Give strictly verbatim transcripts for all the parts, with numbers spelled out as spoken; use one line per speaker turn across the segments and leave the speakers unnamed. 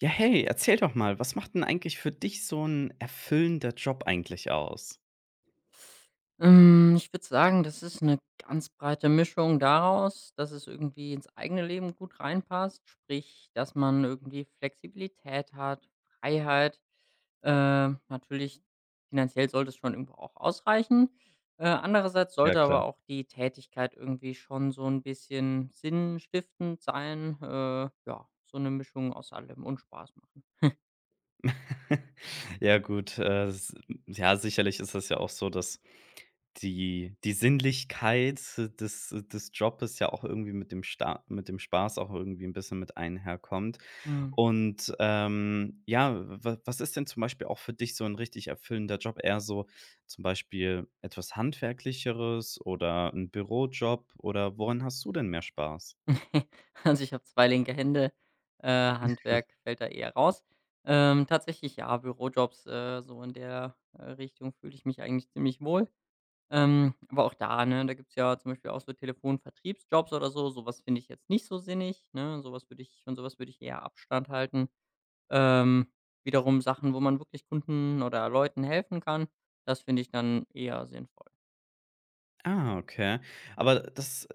Ja, hey, erzähl doch mal, was macht denn eigentlich für dich so ein erfüllender Job eigentlich aus?
Ähm, ich würde sagen, das ist eine ganz breite Mischung daraus, dass es irgendwie ins eigene Leben gut reinpasst, sprich, dass man irgendwie Flexibilität hat, Freiheit. Äh, natürlich finanziell sollte es schon irgendwo auch ausreichen. Äh, andererseits
Ja
sollte
klar.
aber auch die Tätigkeit irgendwie schon so ein bisschen sinnstiftend sein. Äh, ja, so eine Mischung aus allem und Spaß machen.
Ja gut, äh, s ja, sicherlich ist das ja auch so, dass die die Sinnlichkeit des des Jobbes ja auch irgendwie mit dem Sta mit dem Spaß auch irgendwie ein bisschen mit einherkommt.
Mhm.
Und, ähm, ja, wa was ist denn zum Beispiel auch für dich so ein richtig erfüllender Job? Eher so zum Beispiel etwas Handwerklicheres oder ein Bürojob oder woran hast du denn mehr Spaß?
Also, ich habe zwei linke Hände, äh, Handwerk fällt da eher raus. Ähm, tatsächlich ja, Bürojobs, äh, so in der, äh, Richtung fühle ich mich eigentlich ziemlich wohl. Ähm, aber auch da, ne, da gibt's ja zum Beispiel auch so Telefonvertriebsjobs oder so. Sowas finde ich jetzt nicht so sinnig, ne? Sowas würde ich von sowas würde ich eher Abstand halten. Ähm, Wiederum Sachen, wo man wirklich Kunden oder Leuten helfen kann, das finde ich dann eher sinnvoll.
Ah, okay. Aber das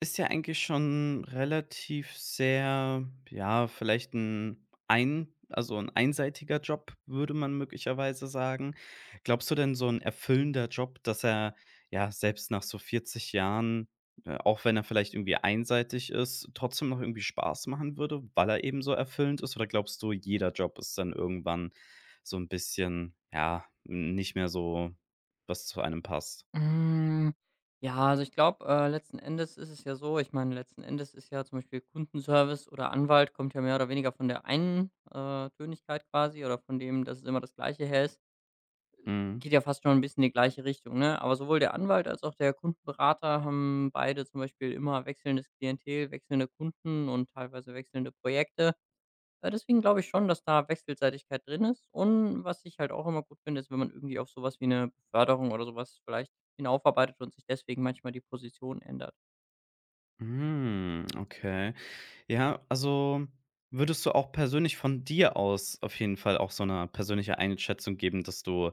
ist ja eigentlich schon relativ sehr, ja, vielleicht ein ein also ein einseitiger Job, würde man möglicherweise sagen. Glaubst du denn, so 'n erfüllender Job, dass er, ja, selbst nach so vierzig Jahren, äh, auch wenn er vielleicht irgendwie einseitig ist, trotzdem noch irgendwie Spaß machen würde, weil er eben so erfüllend ist? Oder glaubst du, jeder Job ist dann irgendwann so ein bisschen, ja, nicht mehr so, was zu einem passt?
Hm, ja, also ich glaube, äh, letzten Endes ist es ja so ich meine, letzten Endes ist ja zum Beispiel Kundenservice oder Anwalt kommt ja mehr oder weniger von der einen, äh, Tönigkeit quasi oder von dem, dass es immer das Gleiche her ist.
Mhm.
Geht ja fast schon ein bisschen in die gleiche Richtung, ne? Aber sowohl der Anwalt als auch der Kundenberater haben beide zum Beispiel immer wechselndes Klientel, wechselnde Kunden und teilweise wechselnde Projekte. Äh, deswegen glaube ich schon, dass da Wechselseitigkeit drin ist. Und was ich halt auch immer gut finde, ist, wenn man irgendwie auf sowas wie eine Beförderung oder sowas vielleicht hinaufarbeitet und sich deswegen manchmal die Position ändert.
Hm, okay. Ja, also würdest du auch persönlich von dir aus auf jeden Fall auch so eine persönliche Einschätzung geben, dass du,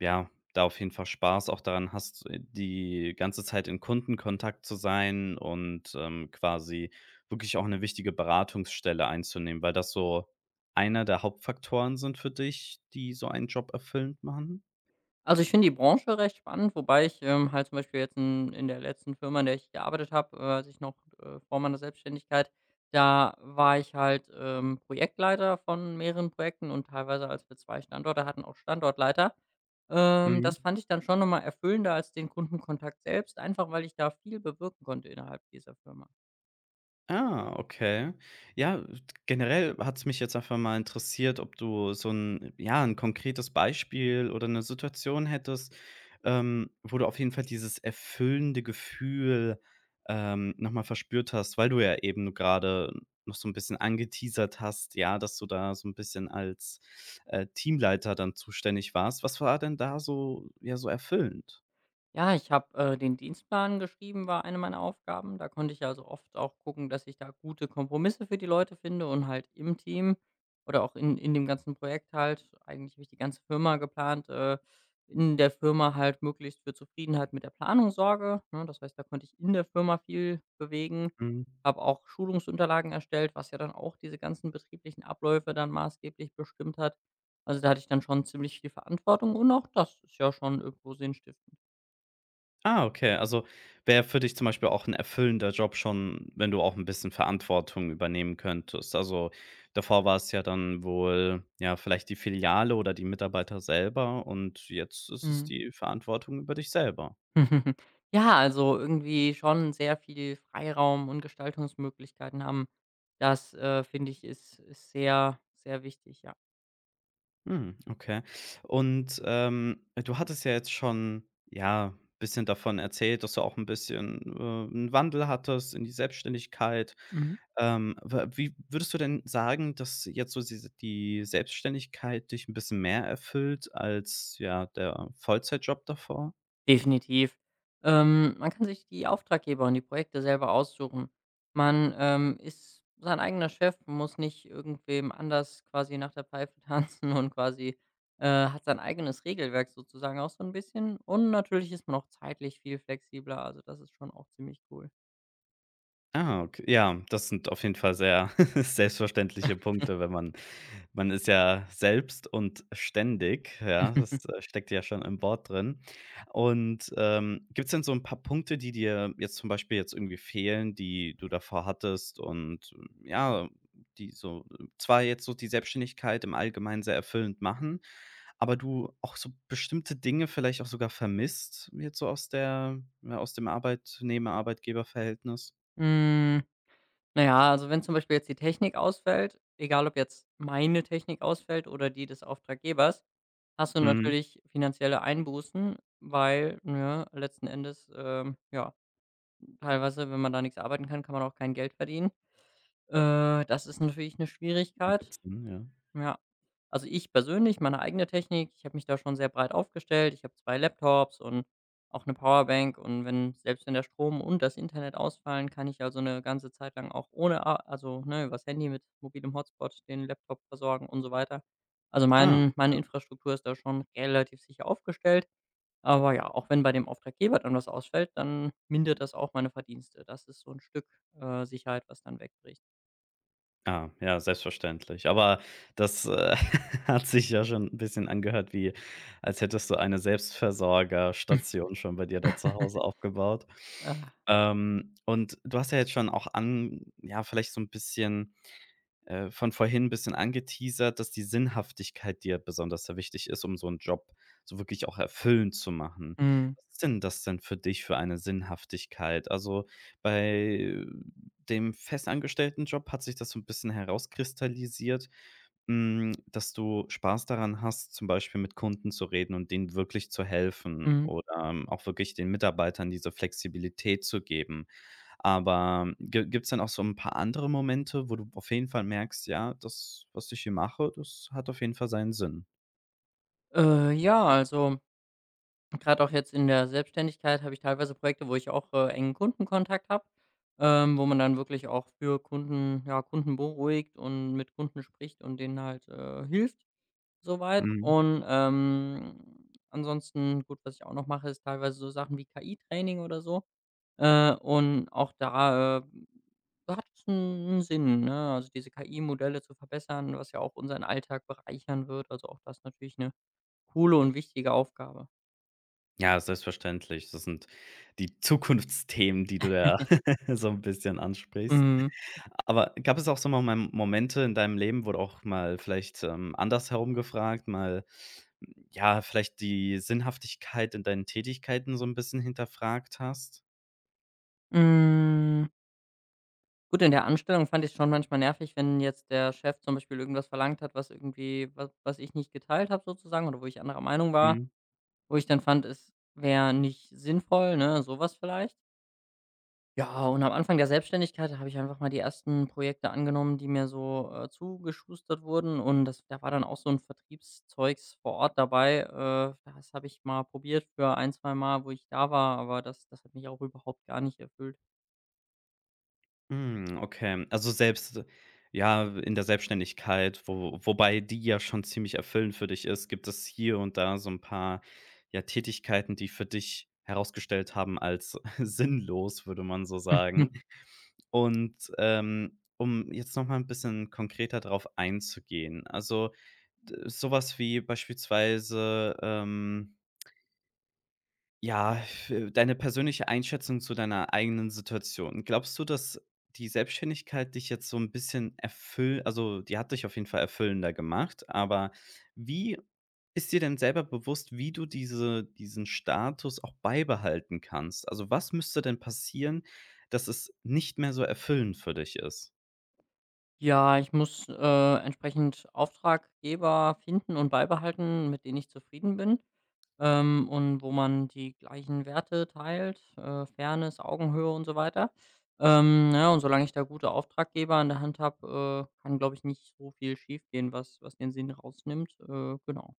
ja, da auf jeden Fall Spaß auch daran hast, äh, die ganze Zeit in Kundenkontakt zu sein und, ähm, quasi wirklich auch eine wichtige Beratungsstelle einzunehmen, weil das so einer der Hauptfaktoren sind für dich, die so einen Job erfüllend machen?
Also, ich finde die Branche recht spannend, wobei ich, ähm, halt zum Beispiel jetzt in in der letzten Firma, in der ich gearbeitet habe, äh, als ich noch, äh, vor meiner Selbstständigkeit da war, ich halt, ähm, Projektleiter von mehreren Projekten und teilweise, als wir zwei Standorte hatten, auch Standortleiter. Ähm,
Mhm.
das fand ich dann schon nochmal erfüllender als den Kundenkontakt selbst, einfach weil ich da viel bewirken konnte innerhalb dieser Firma.
Ah, okay. Ja, generell hat es mich jetzt einfach mal interessiert, ob du so ein ja, ein konkretes Beispiel oder eine Situation hättest, ähm, wo du auf jeden Fall dieses erfüllende Gefühl ähm, noch mal verspürt hast, weil du ja eben gerade noch so ein bisschen angeteasert hast, ja, dass du da so ein bisschen als, äh, Teamleiter dann zuständig warst. Was war denn da so ja, so erfüllend?
Ja, ich habe, äh, den Dienstplan geschrieben, war eine meiner Aufgaben. Da konnte ich also oft auch gucken, dass ich da gute Kompromisse für die Leute finde und halt im Team oder auch in in dem ganzen Projekt halt, eigentlich habe ich die ganze Firma geplant, äh, in der Firma halt möglichst für Zufriedenheit mit der Planung sorge, ne? Das heißt, da konnte ich in der Firma viel bewegen,
Mhm.
habe auch Schulungsunterlagen erstellt, was ja dann auch diese ganzen betrieblichen Abläufe dann maßgeblich bestimmt hat. Also, da hatte ich dann schon ziemlich viel Verantwortung und auch das ist ja schon irgendwo sinnstiftend.
Ah, okay. Also, wäre für dich zum Beispiel auch ein erfüllender Job schon, wenn du auch ein bisschen Verantwortung übernehmen könntest. Also, davor war es ja dann wohl, ja, vielleicht die Filiale oder die Mitarbeiter selber und jetzt ist es
Mhm.
die Verantwortung über dich selber.
Ja, also irgendwie schon sehr viel Freiraum und Gestaltungsmöglichkeiten haben. Das, äh, finde ich, ist ist sehr, sehr wichtig, ja.
Mhm, okay. Und, ähm, du hattest ja jetzt schon, ja, ein bisschen davon erzählt, dass du auch ein bisschen, äh, 'n Wandel hattest in die Selbstständigkeit.
Mhm.
Ähm, wa wie würdest du denn sagen, dass jetzt so diese die Selbstständigkeit dich ein bisschen mehr erfüllt als, ja, der Vollzeitjob davor?
Definitiv. Ähm, man kann sich die Auftraggeber und die Projekte selber aussuchen. Man, ähm, ist sein eigener Chef, muss nicht irgendwem anders quasi nach der Pfeife tanzen und quasi, äh, hat sein eigenes Regelwerk sozusagen auch so ein bisschen. Und natürlich ist man auch zeitlich viel flexibler. Also, das ist schon auch ziemlich cool.
Ah, okay. Ja, das sind auf jeden Fall sehr selbstverständliche Punkte, wenn man man ist ja selbst und ständig, ja, das, äh, steckt ja schon im Wort drin. Und, ähm, gibt es denn so ein paar Punkte, die dir jetzt zum Beispiel jetzt irgendwie fehlen, die du davor hattest und, ähm, ja, die so äh, zwar jetzt so die Selbstständigkeit im Allgemeinen sehr erfüllend machen, aber du auch so bestimmte Dinge vielleicht auch sogar vermisst, jetzt so aus der ja, aus dem Arbeitnehmer-Arbeitgeber-Verhältnis?
Hm, na ja, also wenn zum Beispiel jetzt die Technik ausfällt, egal ob jetzt meine Technik ausfällt oder die des Auftraggebers, hast du
Mhm.
natürlich finanzielle Einbußen, weil, ja, letzten Endes, ähm, ja, teilweise, wenn man da nichts arbeiten kann, kann man auch kein Geld verdienen. Äh, das ist natürlich eine
Ja,
Schwierigkeit.
gibt's, mhm, ja.
Ja. Also, ich persönlich, meine eigene Technik, ich habe mich da schon sehr breit aufgestellt. Ich habe zwei Laptops und auch eine Powerbank und wenn selbst wenn der Strom und das Internet ausfallen, kann ich also eine ganze Zeit lang auch ohne a also, ne, übers Handy mit mobilem Hotspot den Laptop versorgen und so weiter. Also,
Ah,
mein meine
ja.
Infrastruktur ist da schon relativ sicher aufgestellt. Aber ja, auch wenn bei dem Auftraggeber dann was ausfällt, dann mindert das auch meine Verdienste. Das ist so ein Stück, äh, Sicherheit, was dann wegbricht.
Ah, ja, selbstverständlich. Aber das, äh, hat sich ja schon ein bisschen angehört, wie als hättest du eine Selbstversorgerstation schon bei dir da zu Hause aufgebaut.
Ah.
Ähm, und du hast ja jetzt schon auch an ja, vielleicht so ein bisschen äh, von vorhin ein bisschen angeteasert, dass die Sinnhaftigkeit dir besonders sehr wichtig ist, um so 'n Job so wirklich auch erfüllend zu machen.
Mhm.
Was ist denn das denn für dich für eine Sinnhaftigkeit? Also, bei dem festangestellten Job hat sich das so 'n bisschen herauskristallisiert, hm, dass du Spaß daran hast, zum Beispiel mit Kunden zu reden und denen wirklich zu helfen
Mhm.
oder, ähm, auch wirklich den Mitarbeitern diese Flexibilität zu geben. Aber gibt es dann auch so ein paar andere Momente, wo du auf jeden Fall merkst: „Ja, das, was ich hier mache, das hat auf jeden Fall seinen Sinn?“
Äh, ja, also gerade auch jetzt in der Selbstständigkeit habe ich teilweise Projekte, wo ich auch, äh, engen Kundenkontakt habe, ähm, wo man dann wirklich auch für Kunden, ja, Kunden beruhigt und mit Kunden spricht und denen halt, äh, hilft so weit.
Mhm.
Und, ähm, ansonsten gut, was ich auch noch mache, ist teilweise so Sachen wie K I-Training oder so. Äh, und auch da, äh, hat es einen Sinn, ne? Also diese K I-Modelle zu verbessern, was ja auch unseren Alltag bereichern wird. Also auch das natürlich 'ne coole und wichtige Aufgabe.
Ja, selbstverständlich. Das sind die Zukunftsthemen, die du da so ein bisschen ansprichst.
Mhm.
Aber gab es auch so mal Mom Momente in deinem Leben, wo du auch mal vielleicht, ähm, andersherum gefragt, mal, hm, ja, vielleicht die Sinnhaftigkeit in deinen Tätigkeiten so ein bisschen hinterfragt hast?
Hm, gut, in der Anstellung fand ich es schon manchmal nervig, wenn jetzt der Chef zum Beispiel irgendwas verlangt hat, was irgendwie was was ich nicht geteilt habe sozusagen oder wo ich anderer Meinung war,
Mhm.
wo ich dann fand, es wäre nicht sinnvoll, ne, sowas vielleicht. Ja, und am Anfang der Selbstständigkeit habe ich einfach mal die ersten Projekte angenommen, die mir so, äh, zugeschustert wurden und das da war dann auch so ein Vertriebszeugs vor Ort dabei. Äh, das habe ich mal probiert für ein zwei Mal, wo ich da war, aber das das hat mich auch überhaupt gar nicht erfüllt.
Hm, okay. Also selbst ja, in der Selbstständigkeit, wo wobei die ja schon ziemlich erfüllend für dich ist, gibt es hier und da so ein paar, ja, Tätigkeiten, die für dich herausgestellt haben als sinnlos, würde man so sagen. Und, ähm, um jetzt noch mal 'n bisschen konkreter drauf einzugehen. Also, d so wie beispielsweise, ähm, ja, f- deine persönliche Einschätzung zu deiner eigenen Situation. Glaubst du, dass die Selbstständigkeit dich jetzt so ein bisschen erfüllt? Also, die hat dich auf jeden Fall erfüllender gemacht, aber wie ist dir denn selber bewusst, wie du diese diesen Status auch beibehalten kannst? Also, was müsste denn passieren, dass es nicht mehr so erfüllend für dich ist?
Ja, ich muss, äh, entsprechend Auftraggeber finden und beibehalten, mit denen ich zufrieden bin, ähm, und wo man die gleichen Werte teilt, äh, Fairness, Augenhöhe und so weiter. Ähm, ja, und solange ich da gute Auftraggeber an der Hand habe, äh, kann, glaube ich, nicht so viel schiefgehen, was was den Sinn rausnimmt. Äh, genau,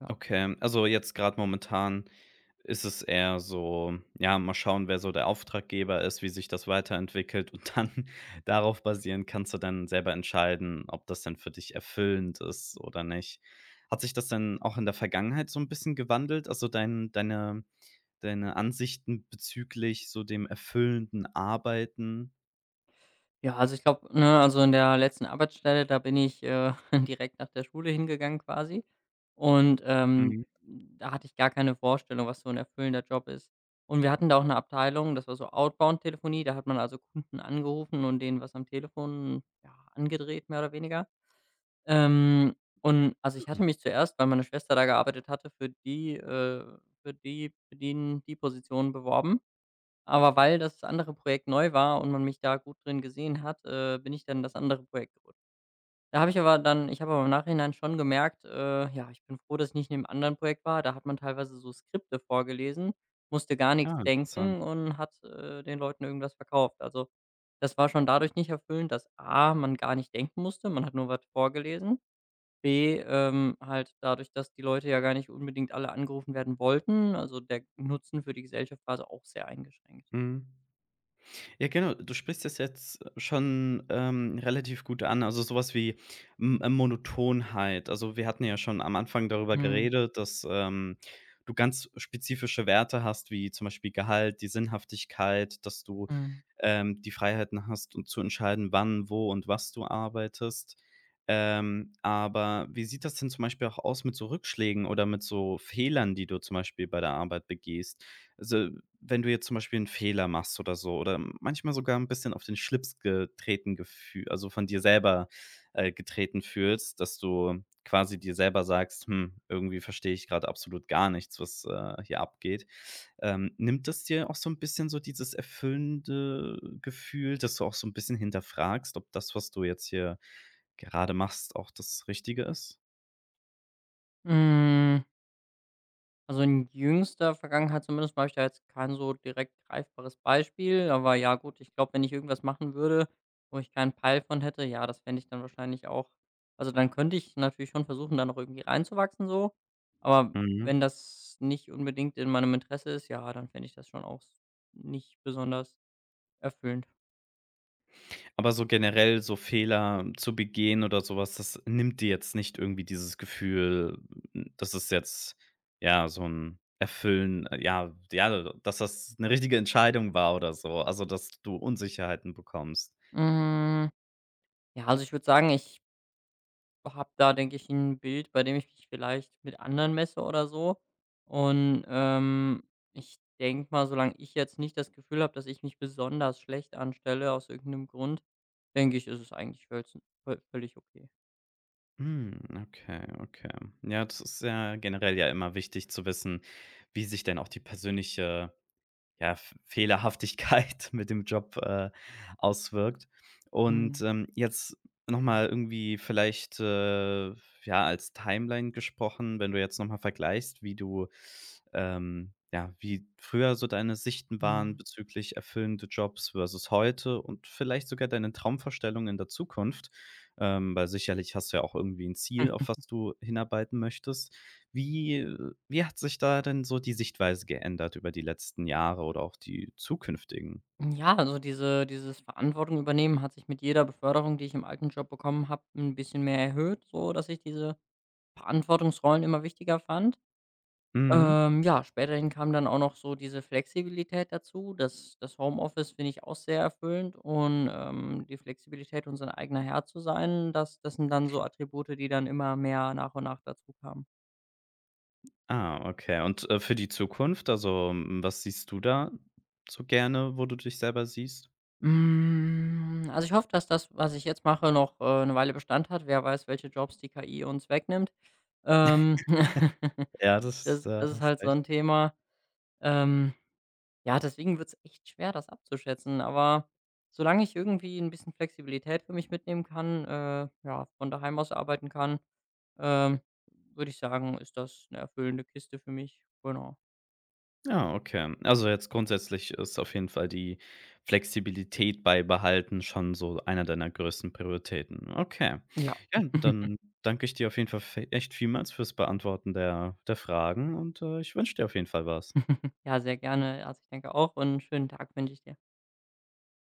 ja.
Okay, also jetzt gerade momentan ist es eher so, ja, mal schauen, wer so der Auftraggeber ist, wie sich das weiterentwickelt, und dann darauf basierend kannst du dann selber entscheiden, ob das denn für dich erfüllend ist oder nicht. Hat sich das denn auch in der Vergangenheit so ein bisschen gewandelt? Also, dein deine deine Ansichten bezüglich so dem erfüllenden Arbeiten?
Ja, also ich glaube, ne, also in der letzten Arbeitsstelle, da bin ich, äh, direkt nach der Schule hingegangen quasi und, ähm,
Mhm,
da hatte ich gar keine Vorstellung, was so ein erfüllender Job ist. Und wir hatten da auch eine Abteilung, das war so Outbound-Telefonie, da hat man also Kunden angerufen und denen was am Telefon, ja, angedreht, mehr oder weniger. Ähm, und also ich hatte mich zuerst, weil meine Schwester da gearbeitet hatte, für die, äh für die für den die Position beworben. Aber weil das andere Projekt neu war und man mich da gut drin gesehen hat, äh, bin ich dann in das andere Projekt gerutscht. Da habe ich aber dann Ich habe aber im Nachhinein schon gemerkt, äh, ja, ich bin froh, dass ich nicht in dem anderen Projekt war. Da hat man teilweise so Skripte vorgelesen, musste gar nichts
ja, interessant.
denken und hat, äh, den Leuten irgendwas verkauft. Also, das war schon dadurch nicht erfüllend, dass A, man gar nicht denken musste, man hat nur was vorgelesen. B, ähm, halt dadurch, dass die Leute ja gar nicht unbedingt alle angerufen werden wollten. Also, der Nutzen für die Gesellschaft war so auch sehr eingeschränkt.
Mhm. Ja, genau. Du sprichst das jetzt schon, ähm, relativ gut an. Also, sowas wie M äh, Monotonheit. Also, wir hatten ja schon am Anfang darüber
Mhm.
geredet, dass, ähm, du ganz spezifische Werte hast, wie zum Beispiel Gehalt, die Sinnhaftigkeit, dass du,
Mhm.
ähm, die Freiheiten hast, um zu entscheiden, wann, wo und was du arbeitest. Ähm, aber wie sieht das denn zum Beispiel auch aus mit so Rückschlägen oder mit so Fehlern, die du zum Beispiel bei der Arbeit begehst? Also, wenn du jetzt zum Beispiel einen Fehler machst oder so oder manchmal sogar ein bisschen auf den Schlips getreten Gefühl, also, von dir selber, äh, getreten fühlst, dass du quasi dir selber sagst: „Hm, irgendwie verstehe ich gerade absolut gar nichts, was, äh, hier abgeht.“ Ähm, nimmt das dir auch so ein bisschen so dieses erfüllende Gefühl, dass du auch so ein bisschen hinterfragst, ob das, was du jetzt hier gerade machst, auch das Richtige ist?
Hm, also, in jüngster Vergangenheit zumindest habe ich da jetzt kein so direkt greifbares Beispiel. Aber ja gut, ich glaube, wenn ich irgendwas machen würde, wo ich keinen Peil von hätte, ja, das fände ich dann wahrscheinlich auch also, dann könnte ich natürlich schon versuchen, da noch irgendwie reinzuwachsen so. Aber
Mhm.
wenn das nicht unbedingt in meinem Interesse ist, ja, dann fände ich das schon auch s nicht besonders erfüllend.
Aber so generell so Fehler zu begehen oder sowas, das nimmt dir jetzt nicht irgendwie dieses Gefühl, hm, das ist jetzt, ja, so ein Erfüllen äh, ja, ja, dass das eine richtige Entscheidung war oder so, also, dass du Unsicherheiten bekommst.
Hm, ja, also, ich würde sagen, ich habe da, denke ich, ein Bild, bei dem ich mich vielleicht mit anderen messe oder so. Und, ähm, ich denke mal, solange ich jetzt nicht das Gefühl habe, dass ich mich besonders schlecht anstelle aus irgendeinem Grund, denke ich, ist es eigentlich völz völlig okay.
Hm, okay, okay. Ja, das ist ja generell ja immer wichtig zu wissen, wie sich denn auch die persönliche ja, F Fehlerhaftigkeit mit dem Job, äh, auswirkt. Und,
Mhm,
ähm, jetzt noch mal irgendwie vielleicht, äh, ja, als Timeline gesprochen, wenn du jetzt noch mal vergleichst, wie du, ähm ja, wie früher so deine Sichten waren
mhm.
bezüglich erfüllende Jobs versus heute und vielleicht sogar deine Traumvorstellungen in der Zukunft, ähm, weil sicherlich hast du ja auch irgendwie ein Ziel, auf was du hinarbeiten möchtest. Wie wie hat sich da denn so die Sichtweise geändert über die letzten Jahre oder auch die zukünftigen?
Ja, also diese dieses Verantwortung übernehmen hat sich mit jeder Beförderung, die ich im alten Job bekommen habe, ein bisschen mehr erhöht, so dass ich diese Verantwortungsrollen immer wichtiger fand.
Mhm.
Ähm, ja, späterhin kam dann auch noch so diese Flexibilität dazu. Das das Homeoffice finde ich auch sehr erfüllend und, ähm, die Flexibilität, unser eigener Herr zu sein, das das sind dann so Attribute, die dann immer mehr nach und nach dazukamen.
Ah, okay. Und, äh, für die Zukunft, also, hm, was siehst du da so gerne, wo du dich selber siehst?
Hm, also, ich hoffe, dass das, was ich jetzt mache, noch, äh, 'ne Weile Bestand hat. Wer weiß, welche Jobs die K I uns wegnimmt. Ähm,
Ja, das,
das
da
Das ist
hast
halt so
recht.
ein Thema. Ähm Ja, deswegen wird's echt schwer, das abzuschätzen, aber solange ich irgendwie ein bisschen Flexibilität für mich mitnehmen kann, äh, ja, von daheim aus arbeiten kann, ähm, würde ich sagen, ist das eine erfüllende Kiste für mich. Genau.
Ja, okay. Also, jetzt grundsätzlich ist auf jeden Fall die Flexibilität beibehalten schon so einer deiner größten Prioritäten. Okay.
Ja.
Ja, dann danke ich dir auf jeden Fall v echt vielmals fürs Beantworten der der Fragen und, äh, ich wünsche dir auf jeden Fall was.
Ja, sehr gerne. Also, ich denke auch, und einen schönen Tag wünsche ich dir.